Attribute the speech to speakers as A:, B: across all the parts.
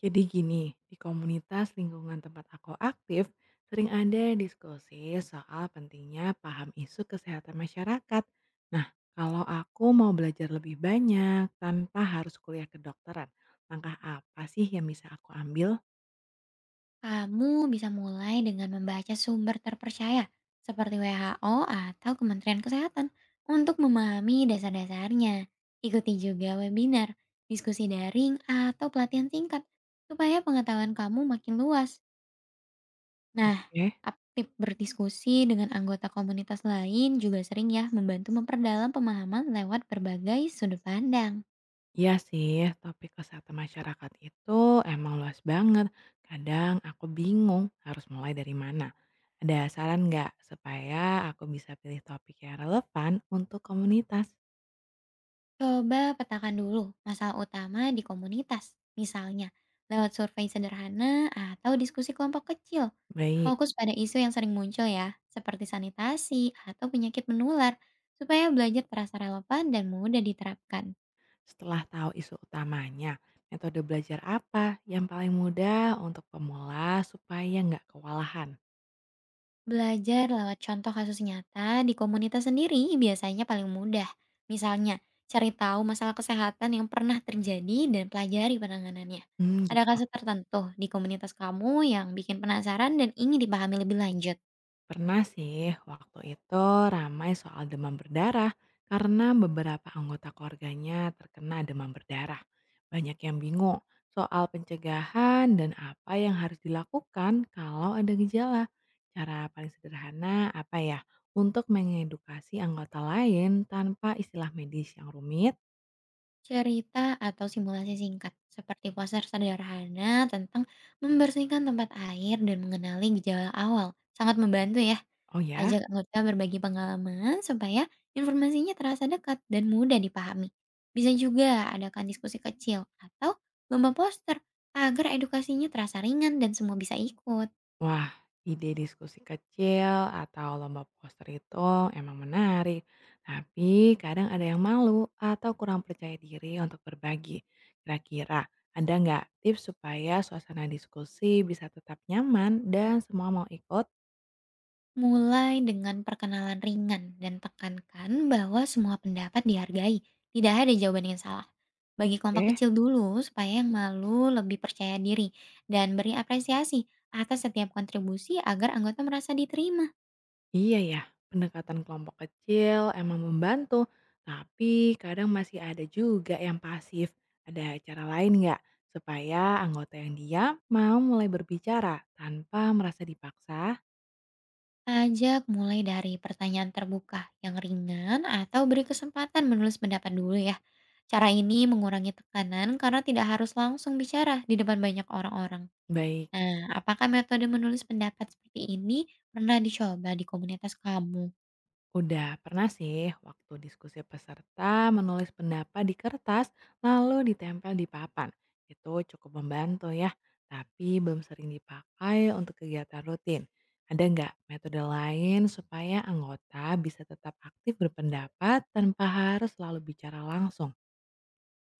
A: Jadi gini, di komunitas lingkungan tempat aku aktif, sering ada diskusi soal pentingnya paham isu kesehatan masyarakat. Nah, kalau aku mau belajar lebih banyak tanpa harus kuliah kedokteran, langkah apa sih yang bisa aku ambil?
B: Kamu bisa mulai dengan membaca sumber terpercaya seperti WHO atau Kementerian Kesehatan untuk memahami dasar-dasarnya. Ikuti juga webinar, diskusi daring, atau pelatihan singkat supaya pengetahuan kamu makin luas. Nah,
A: Oke.
B: aktif berdiskusi dengan anggota komunitas lain juga sering ya membantu memperdalam pemahaman lewat berbagai sudut pandang.
A: Iya sih, topik kesehatan masyarakat itu emang luas banget. Kadang aku bingung harus mulai dari mana. Ada saran nggak supaya aku bisa pilih topik yang relevan untuk komunitas?
B: Coba petakan dulu masalah utama di komunitas, misalnya lewat survei sederhana atau diskusi kelompok kecil.
A: Baik,
B: Fokus pada isu yang sering muncul ya, seperti sanitasi atau penyakit menular, supaya belajar terasa relevan dan mudah diterapkan.
A: setelah tahu isu utamanya, metode belajar apa yang paling mudah untuk pemula supaya nggak kewalahan?
B: Belajar lewat contoh kasus nyata di komunitas sendiri biasanya paling mudah. Misalnya, cari tahu masalah kesehatan yang pernah terjadi dan pelajari penanganannya.
A: Hmm, gitu.
B: Ada kasus tertentu di komunitas kamu yang bikin penasaran dan ingin dipahami lebih lanjut.
A: Pernah sih, waktu itu ramai soal demam berdarah karena beberapa anggota keluarganya terkena demam berdarah. Banyak yang bingung soal pencegahan dan apa yang harus dilakukan kalau ada gejala. Cara paling sederhana apa ya? Untuk mengedukasi anggota lain tanpa istilah medis yang rumit.
B: Cerita atau simulasi singkat, seperti poster sederhana tentang membersihkan tempat air dan mengenali gejala awal, sangat membantu ya.
A: Oh ya?
B: Ajak anggota berbagi pengalaman supaya informasinya terasa dekat dan mudah dipahami. Bisa juga adakan diskusi kecil atau lomba poster agar edukasinya terasa ringan dan semua bisa ikut.
A: Wah, ide diskusi kecil atau lomba poster itu emang menarik. Tapi kadang ada yang malu atau kurang percaya diri untuk berbagi. Kira-kira ada nggak tips supaya suasana diskusi bisa tetap nyaman dan semua mau ikut?
B: Mulai dengan perkenalan ringan dan tekankan bahwa semua pendapat dihargai. Tidak ada jawaban yang salah. Bagi kelompok
A: Oke.
B: kecil dulu supaya yang malu lebih percaya diri dan beri apresiasi atas setiap kontribusi agar anggota merasa diterima.
A: Iya ya, pendekatan kelompok kecil emang membantu, tapi kadang masih ada juga yang pasif. Ada cara lain nggak supaya anggota yang diam mau mulai berbicara tanpa merasa dipaksa?
B: Ajak mulai dari pertanyaan terbuka yang ringan atau beri kesempatan menulis pendapat dulu ya. Cara ini mengurangi tekanan karena tidak harus langsung bicara di depan banyak orang-orang.
A: Baik.
B: Nah, apakah metode menulis pendapat seperti ini pernah dicoba di komunitas kamu?
A: Udah pernah sih waktu diskusi peserta menulis pendapat di kertas lalu ditempel di papan. Itu cukup membantu ya, tapi belum sering dipakai untuk kegiatan rutin. Ada nggak metode lain supaya anggota bisa tetap aktif berpendapat tanpa harus selalu bicara langsung?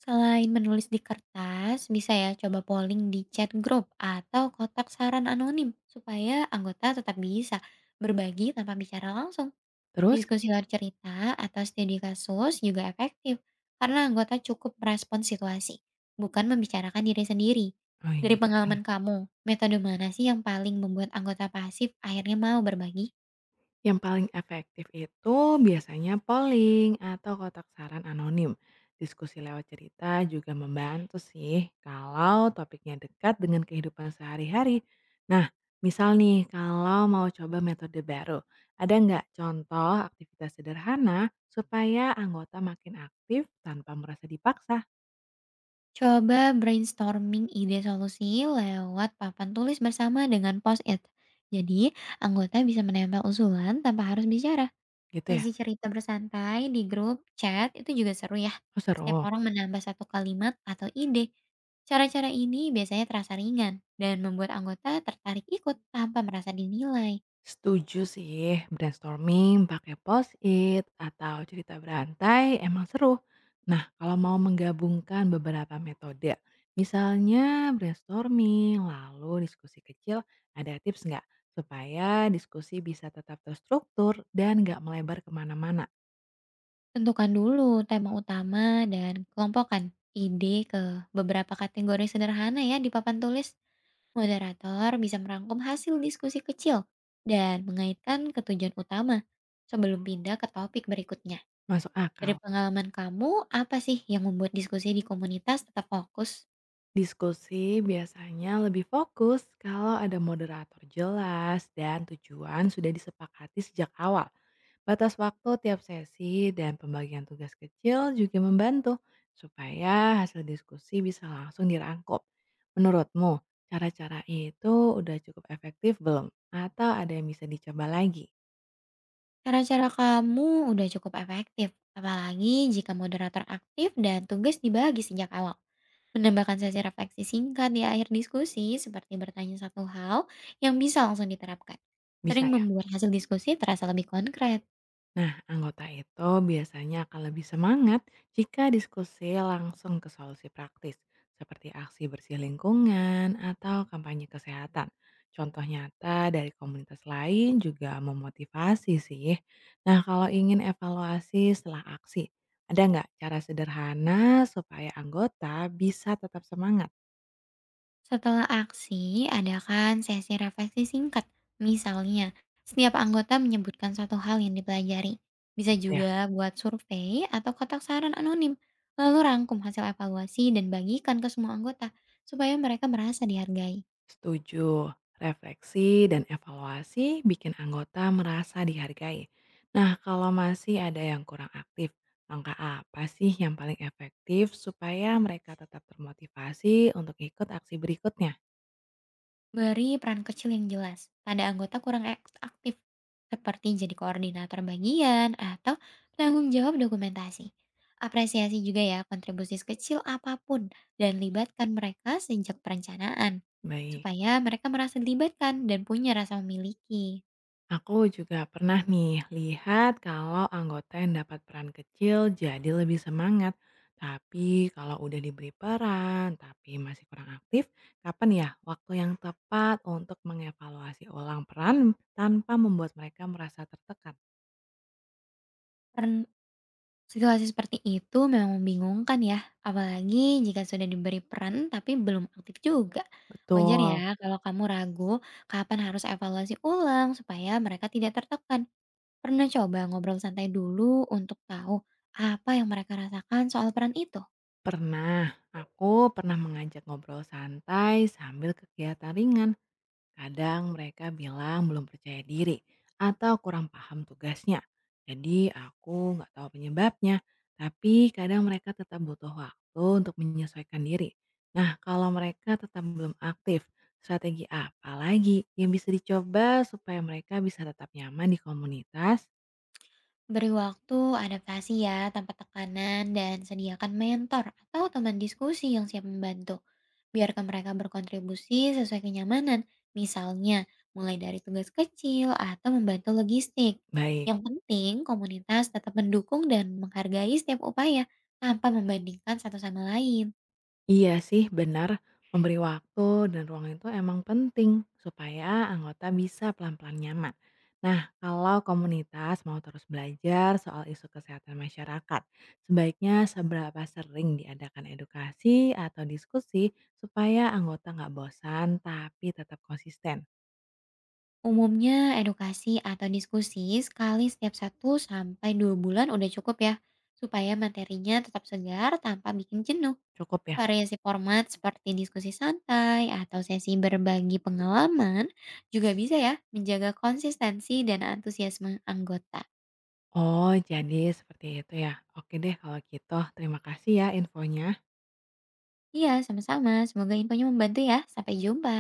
B: Selain menulis di kertas, bisa ya coba polling di chat grup atau kotak saran anonim supaya anggota tetap bisa berbagi tanpa bicara langsung.
A: Terus?
B: Diskusi luar cerita atau studi kasus juga efektif karena anggota cukup merespon situasi, bukan membicarakan diri sendiri.
A: Oh
B: Dari
A: iya.
B: pengalaman kamu, metode mana sih yang paling membuat anggota pasif akhirnya mau berbagi?
A: Yang paling efektif itu biasanya polling atau kotak saran anonim. Diskusi lewat cerita juga membantu sih kalau topiknya dekat dengan kehidupan sehari-hari. Nah, misal nih kalau mau coba metode baru, ada nggak contoh aktivitas sederhana supaya anggota makin aktif tanpa merasa dipaksa
B: Coba brainstorming ide solusi lewat papan tulis bersama dengan post-it. Jadi, anggota bisa menempel usulan tanpa harus bicara.
A: gitu ya?
B: Sesi cerita bersantai di grup chat itu juga seru ya.
A: Oh
B: Setiap
A: seru.
B: orang menambah satu kalimat atau ide. Cara-cara ini biasanya terasa ringan dan membuat anggota tertarik ikut tanpa merasa dinilai.
A: Setuju sih, brainstorming pakai post-it atau cerita berantai emang seru. Nah, kalau mau menggabungkan beberapa metode, misalnya brainstorming, lalu diskusi kecil, ada tips nggak? Supaya diskusi bisa tetap terstruktur dan nggak melebar kemana-mana.
B: Tentukan dulu tema utama dan kelompokkan ide ke beberapa kategori sederhana ya di papan tulis. Moderator bisa merangkum hasil diskusi kecil dan mengaitkan ke tujuan utama sebelum pindah ke topik berikutnya.
A: Masuk
B: Dari
A: akal.
B: pengalaman kamu, apa sih yang membuat diskusi di komunitas tetap fokus?
A: Diskusi biasanya lebih fokus kalau ada moderator jelas dan tujuan sudah disepakati sejak awal. Batas waktu tiap sesi dan pembagian tugas kecil juga membantu supaya hasil diskusi bisa langsung dirangkup. Menurutmu, cara-cara itu udah cukup efektif belum? Atau ada yang bisa dicoba lagi?
B: Cara-cara kamu udah cukup efektif, apalagi jika moderator aktif dan tugas dibagi sejak awal. Menambahkan sesi refleksi singkat di akhir diskusi, seperti bertanya satu hal yang bisa langsung diterapkan.
A: Bisa
B: Sering
A: ya?
B: membuat hasil diskusi terasa lebih konkret.
A: Nah, anggota itu biasanya akan lebih semangat jika diskusi langsung ke solusi praktis, seperti aksi bersih lingkungan atau kampanye kesehatan. Contoh nyata dari komunitas lain juga memotivasi sih. Nah, kalau ingin evaluasi setelah aksi, ada nggak cara sederhana supaya anggota bisa tetap semangat?
B: Setelah aksi, adakan sesi refleksi singkat. Misalnya, setiap anggota menyebutkan satu hal yang dipelajari. Bisa
A: Gitu ya.
B: juga buat survei atau kotak saran anonim. Lalu rangkum hasil evaluasi dan bagikan ke semua anggota supaya mereka merasa dihargai.
A: Setuju, refleksi dan evaluasi bikin anggota merasa dihargai. Nah, kalau masih ada yang kurang aktif, langkah apa sih yang paling efektif supaya mereka tetap termotivasi untuk ikut aksi berikutnya?
B: Beri peran kecil yang jelas pada anggota kurang aktif, seperti jadi koordinator bagian atau penanggung jawab dokumentasi. Apresiasi juga ya kontribusi kecil apapun dan libatkan mereka sejak perencanaan,
A: Baik.
B: supaya mereka merasa dilibatkan dan punya rasa memiliki.
A: Aku juga pernah nih lihat kalau anggota yang dapat peran kecil jadi lebih semangat. Tapi kalau udah diberi peran tapi masih kurang aktif, kapan ya waktu yang tepat untuk mengevaluasi ulang peran tanpa membuat mereka merasa tertekan?
B: Situasi seperti itu memang membingungkan ya, apalagi jika sudah diberi peran tapi belum aktif juga. Wajar
A: Betul,
B: ya kalau kamu ragu kapan harus evaluasi ulang supaya mereka tidak tertekan. Pernah coba ngobrol santai dulu untuk tahu apa yang mereka rasakan soal peran itu?
A: pernah. Aku pernah mengajak ngobrol santai sambil kegiatan ringan. Kadang mereka bilang belum percaya diri atau kurang paham tugasnya. Jadi aku nggak tahu penyebabnya, tapi kadang mereka tetap butuh waktu untuk menyesuaikan diri. Nah, kalau mereka tetap belum aktif, strategi apa lagi yang bisa dicoba supaya mereka bisa tetap nyaman di komunitas?
B: Beri waktu, adaptasi ya, tanpa tekanan, dan sediakan mentor atau teman diskusi yang siap membantu. Biarkan mereka berkontribusi sesuai kenyamanan, misalnya mulai dari tugas kecil atau membantu logistik.
A: Baik.
B: Yang penting, komunitas tetap mendukung dan menghargai setiap upaya tanpa membandingkan satu sama lain.
A: Iya sih, benar. Memberi waktu dan ruang itu emang penting supaya anggota bisa pelan-pelan nyaman. Nah, kalau komunitas mau terus belajar soal isu kesehatan masyarakat, sebaiknya seberapa sering diadakan edukasi atau diskusi supaya anggota nggak bosan tapi tetap konsisten.
B: Umumnya, edukasi atau diskusi sekali setiap satu sampai dua bulan udah cukup ya, supaya materinya tetap segar tanpa bikin jenuh.
A: Cukup ya?
B: Variasi format seperti diskusi santai atau sesi berbagi pengalaman juga bisa ya menjaga konsistensi dan antusiasme anggota.
A: Oh, jadi seperti itu ya. Oke deh kalau gitu. Terima kasih ya infonya.
B: Iya, sama-sama. Semoga infonya membantu ya. Sampai jumpa.